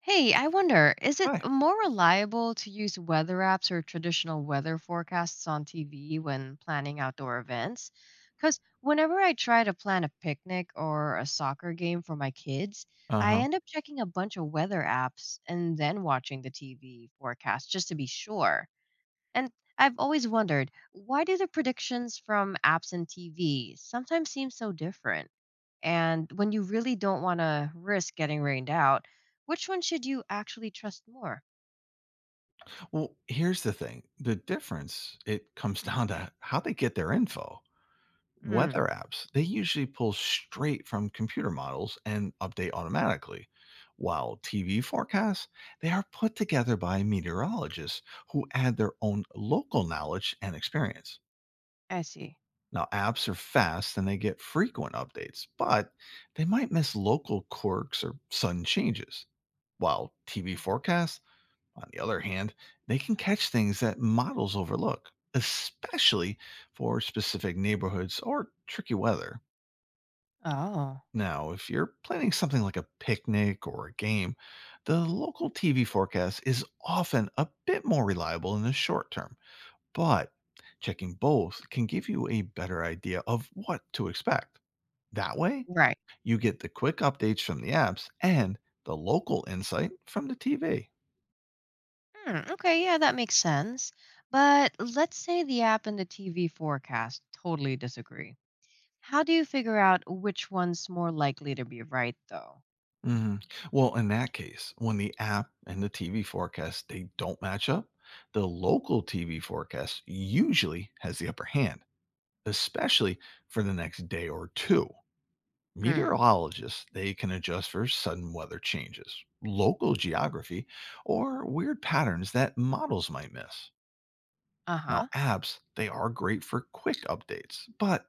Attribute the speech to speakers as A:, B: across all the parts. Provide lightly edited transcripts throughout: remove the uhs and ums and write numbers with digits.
A: Hey, I wonder, is it
B: Hi.
A: more reliable to use weather apps or traditional weather forecasts on TV when planning outdoor events? Because whenever I try to plan a picnic or a soccer game for my kids, I
B: Uh-huh.
A: end up checking a bunch of weather apps and then watching the TV forecast just to be sure. And I've always wondered, why do the predictions from apps and TV sometimes seem so different? And when you really don't want to risk getting rained out, which one should you actually trust more?
B: Well, here's the thing. The difference, it comes down to how they get their info.
A: Mm.
B: Weather apps, they usually pull straight from computer models and update automatically, while TV forecasts, they are put together by meteorologists who add their own local knowledge and experience.
A: I see.
B: Now, apps are fast and they get frequent updates, but they might miss local quirks or sudden changes while TV
A: Hmm.
B: forecasts. On the other hand, they can catch things that models overlook, especially for specific neighborhoods or tricky weather.
A: Oh.
B: Now, if you're planning something like a picnic or a game, the local TV forecast is often a bit more reliable in the short term, but checking both can give you a better idea of what to expect. That way,
A: Right.
B: you get the quick updates from the apps and the local insight from the TV.
A: Hmm, okay, yeah, that makes sense. But let's say the app and the TV forecast totally disagree. How do you figure out which one's more likely to be right, though?
B: Mhm. Well, in that case, when the app and the TV forecast they don't match up, the local TV forecast usually has the upper hand, especially for the next day or two.
A: Mm.
B: Meteorologists, they can adjust for sudden weather changes, local geography, or weird patterns that models might miss.
A: Uh huh.
B: Now, apps, they are great for quick updates, but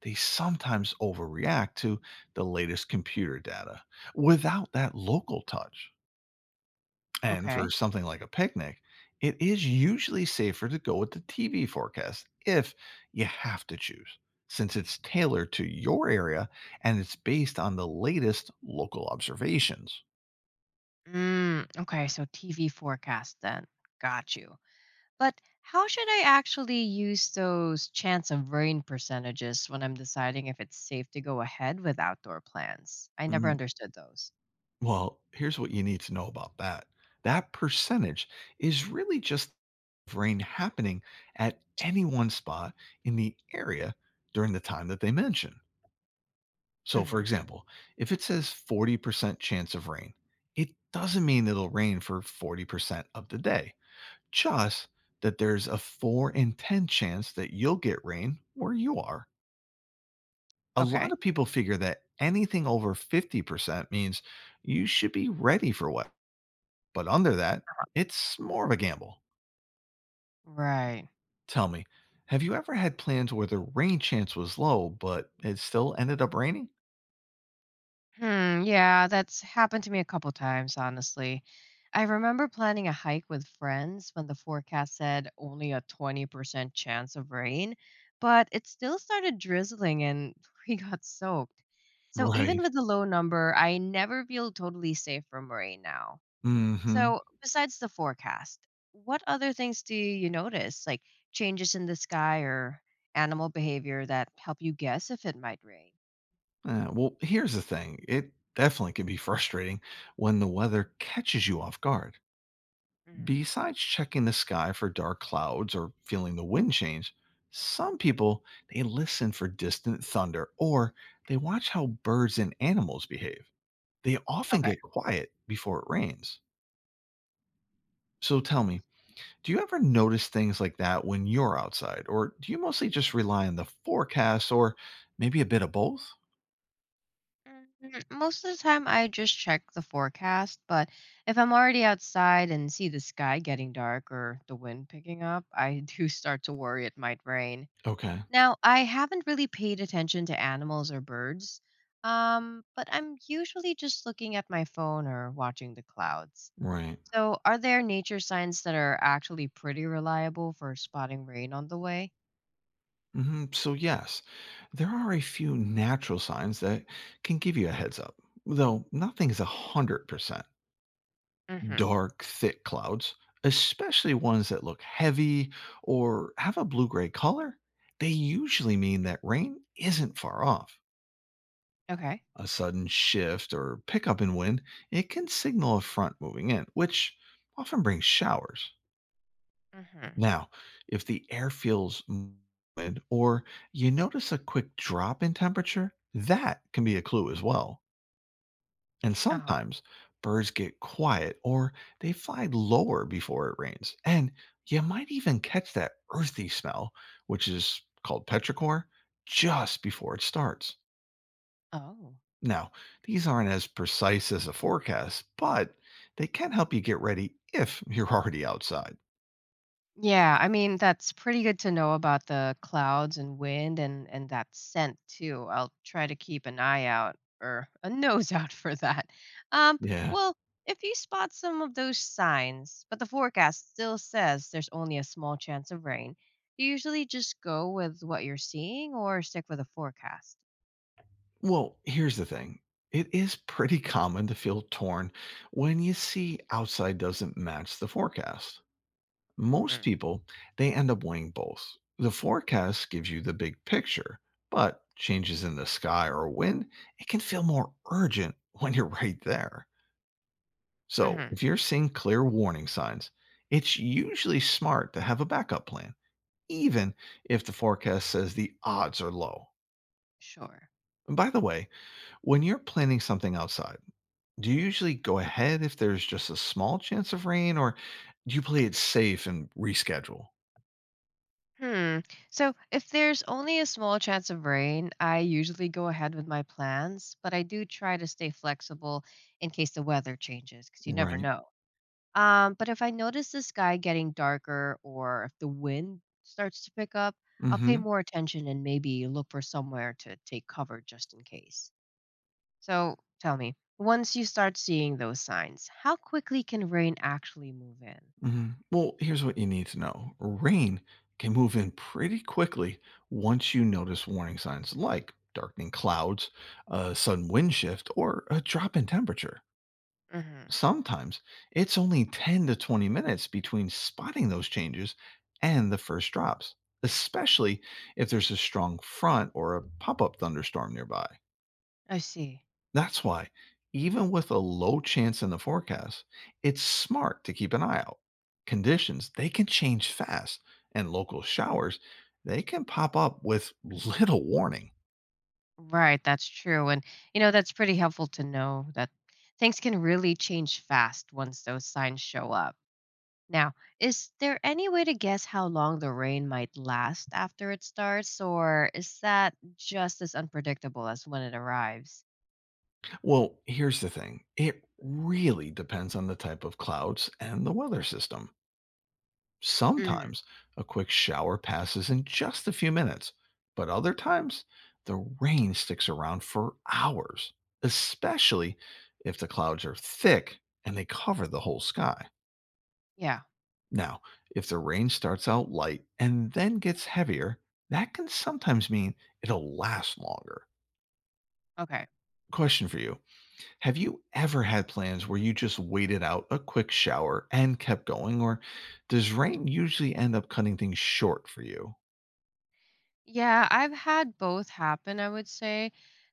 B: they sometimes overreact to the latest computer data without that local touch. And for
A: Okay.
B: something like a picnic, it is usually safer to go with the TV forecast if you have to choose, since it's tailored to your area and it's based on the latest local observations.
A: Mm, okay, so TV forecast then. Got you. But how should I actually use those chance of rain percentages when I'm deciding if it's safe to go ahead with outdoor plans? I never
B: Mm,
A: understood those.
B: Well, here's what you need to know about that percentage is really just rain happening at any one spot in the area during the time that they mention. So, for
A: Hmm.
B: example, if it says 40% chance of rain, it doesn't mean it'll rain for 40% of the day, just that there's a 4 in 10 chance that you'll get rain where you are. A lot
A: Okay.
B: of people figure that anything over 50% means you should be ready for what, but under that, it's more of a gamble.
A: Right.
B: Tell me, have you ever had plans where the rain chance was low, but it still ended up raining?
A: Hmm. Yeah, that's happened to me a couple times, honestly. I remember planning a hike with friends when the forecast said only a 20% chance of rain, but it still started drizzling and we got soaked. So even
B: Right.
A: with the low number, I never feel totally safe from rain now.
B: Mhm.
A: So, besides the forecast, what other things do you notice, like changes in the sky or animal behavior that help you guess if it might rain?
B: Yeah, well, here's the thing, it definitely can be frustrating when the weather catches you off guard.
A: Hmm.
B: Besides checking the sky for dark clouds or feeling the wind change, some people they listen for distant thunder or they watch how birds and animals behave. They often
A: Okay.
B: get quiet before it rains. So tell
A: I
B: me,
A: see.
B: do you ever notice things like that when you're outside or do you mostly just rely on the forecast or maybe a bit of both?
A: Mm, most of the time, I just check the forecast, but if I'm already outside and see the sky getting dark or the wind picking up, I do start to worry it might rain.
B: Okay.
A: Now, I haven't really paid attention to animals or birds, but I'm usually just looking at my phone or watching the clouds.
B: Right.
A: So, are there nature signs that are actually pretty reliable for spotting rain on the way?
B: So, yes, there are a few natural signs that can give you a heads up, though nothing is 100%.
A: Mm hmm.
B: Dark, thick clouds, especially ones that look heavy or have a blue gray color, they usually mean that rain isn't far off.
A: Okay.
B: A sudden shift or pickup in wind, it can signal a front moving in, which often brings showers.
A: Mm hmm.
B: Now, if the air feels humid or you notice a quick drop in temperature, that can be a clue as well. And
A: Uh huh.
B: sometimes birds get quiet or they fly lower before it rains. And you might even catch that earthy smell, which is called petrichor, just before it starts.
A: Oh.
B: Now, these aren't as precise as a forecast, but they can help you get ready if you're already outside.
A: Yeah, I mean, that's pretty good to know about the clouds and wind and that scent too. I'll try to keep an eye out or a nose out for that. Um,
B: Yeah.
A: well, if you spot some of those signs, but the forecast still says there's only a small chance of rain, do you usually just go with what you're seeing or stick with a forecast?
B: Well, here's the thing. It is pretty common to feel torn when you see outside doesn't match the forecast. Most
A: Hmm.
B: people, they end up weighing both. The forecast gives you the big picture, but changes in the sky or wind, it can feel more urgent when you're right there. So,
A: Hmm.
B: if you're seeing clear warning signs, it's usually smart to have a backup plan, even if the forecast says the odds are low.
A: Sure.
B: And by the way, when you're planning something outside, do you usually go ahead if there's just a small chance of rain, or do you play it safe and reschedule?
A: Hmm. So if there's only a small chance of rain, I usually go ahead with my plans, but I do try to stay flexible in case the weather changes because you never
B: Right.
A: know. But if I notice the sky getting darker or if the wind starts to pick up, I'll pay
B: Mhm.
A: more attention and maybe look for somewhere to take cover just in case. So tell me, once you start seeing those signs, how quickly can rain actually move in?
B: Mhm. Well, here's what you need to know. Rain can move in pretty quickly once you notice warning signs like darkening clouds, a sudden wind shift, or a drop in temperature.
A: Hmm.
B: Sometimes it's only 10 to 20 minutes between spotting those changes and the first drops, especially if there's a strong front or a pop up thunderstorm nearby.
A: I see.
B: That's why, even with a low chance in the forecast, it's smart to keep an eye out. Conditions, they can change fast, and local showers, they can pop up with little warning.
A: Right, that's true. And, that's pretty helpful to know that things can really change fast once those signs show up. Now, is there any way to guess how long the rain might last after it starts, or is that just as unpredictable as when it arrives?
B: Well, here's the thing it really depends on the type of clouds and the weather system.
A: Hmm.
B: Sometimes a quick shower passes in just a few minutes, but other times the rain sticks around for hours, especially if the clouds are thick and they cover the whole sky.
A: Yeah,
B: Now, if the rain starts out light and then gets heavier, that can sometimes mean it'll last longer.
A: okay.
B: Question for you, have you ever had plans where you just waited out a quick shower and kept going, or does rain usually end up cutting things short for you?
A: Yeah, I've had both happen, I would say.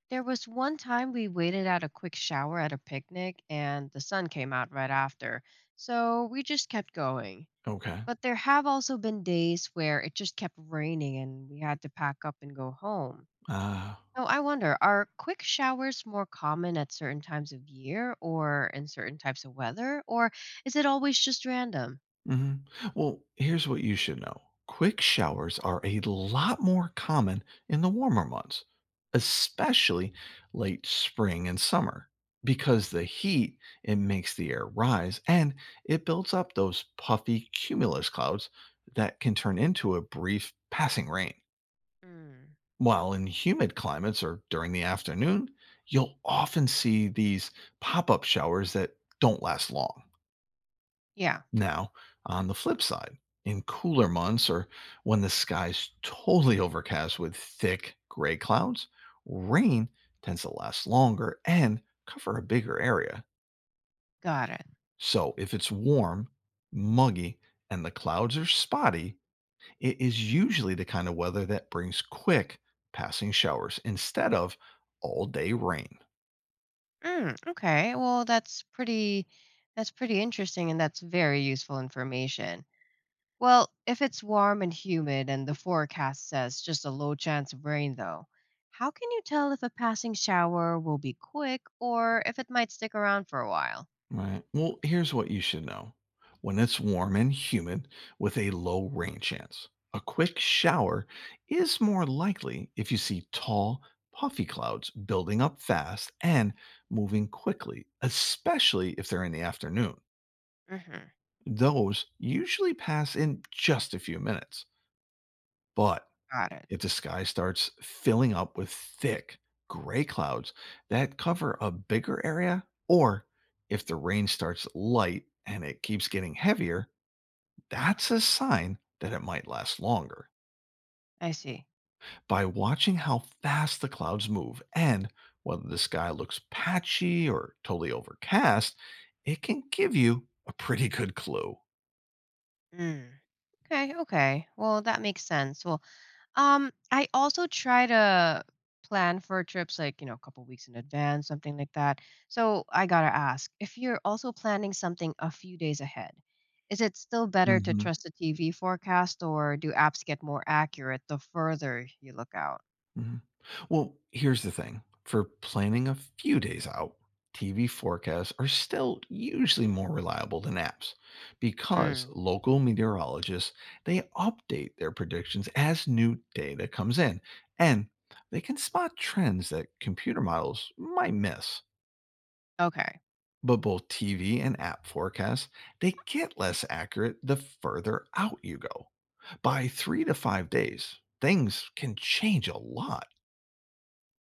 A: There was one time we waited out a quick shower at a picnic and the sun came out right after. So we just kept going.
B: Okay.
A: But there have also been days where it just kept raining and we had to pack up and go home.
B: Ah,
A: So I wonder, are quick showers more common at certain times of year or in certain types of weather, or is it always just random?
B: mhm. Well, here's what you should know. Quick showers are a lot more common in the warmer months, especially late spring and summer, because the heat it makes the air rise and it builds up those puffy cumulus clouds that can turn into a brief passing rain.
A: Mm,
B: While in humid climates or during the afternoon, you'll often see these pop-up showers that don't last long.
A: yeah,
B: Now, on the flip side, in cooler months or when the sky's totally overcast with thick gray clouds, rain tends to last longer and cover a bigger area.
A: got it.
B: So, if it's warm, muggy, and the clouds are spotty, it is usually the kind of weather that brings quick passing showers instead of all day rain.
A: Mm, okay, well that's pretty interesting and that's very useful information. Well, if it's warm and humid and the forecast says just a low chance of rain, though, how can you tell if a passing shower will be quick or if it might stick around for a while?
B: Right. Well, here's what you should know. When it's warm and humid with a low rain chance, a quick shower is more likely if you see tall, puffy clouds building up fast and moving quickly, especially if they're in the afternoon.
A: Hmm.
B: Those usually pass in just a few minutes. But
A: Got it.
B: if the sky starts filling up with thick gray clouds that cover a bigger area, or if the rain starts light and it keeps getting heavier, that's a sign that it might last longer.
A: I see.
B: By watching how fast the clouds move and whether the sky looks patchy or totally overcast, it can give you a pretty good clue.
A: Mm. Okay, okay. Well, that makes sense. Well, I also try to plan for trips like, a couple weeks in advance, something like that. So I gotta ask, if you're also planning something a few days ahead, is it still better to trust the TV forecast or do apps get more accurate the further you look out?
B: Mhm. Well, here's the thing for planning a few days out, TV forecasts are still usually more reliable than apps because
A: Hmm.
B: local meteorologists they update their predictions as new data comes in and they can spot trends that computer models might miss.
A: Okay.
B: But both TV and app forecasts, they get less accurate the further out you go. By 3 to 5 days, things can change a lot.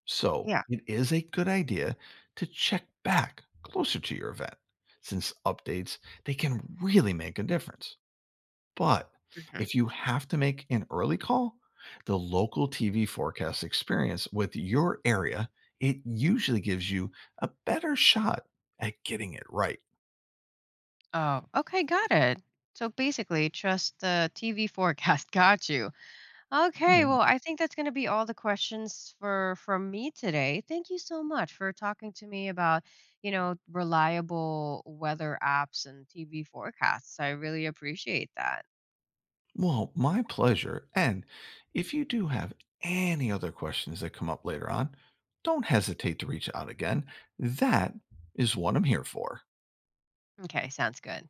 B: So
A: Yeah.
B: it is a good idea to check back closer to your event since updates they can really make a difference. But
A: Hmm.
B: if you have to make an early call, the local TV forecast experience with your area, it usually gives you a better shot at getting it right.
A: Oh, okay, got it. So basically, trust the TV forecast. Got you. Okay, well,
B: Yeah.
A: I think that's going to be all the questions for from me today. Thank you so much for talking to me about, reliable weather apps and TV forecasts. I really appreciate that.
B: Well, my pleasure. And if you do have any other questions that come up later on, don't hesitate to reach out again. That is what I'm here for.
A: Okay, sounds good.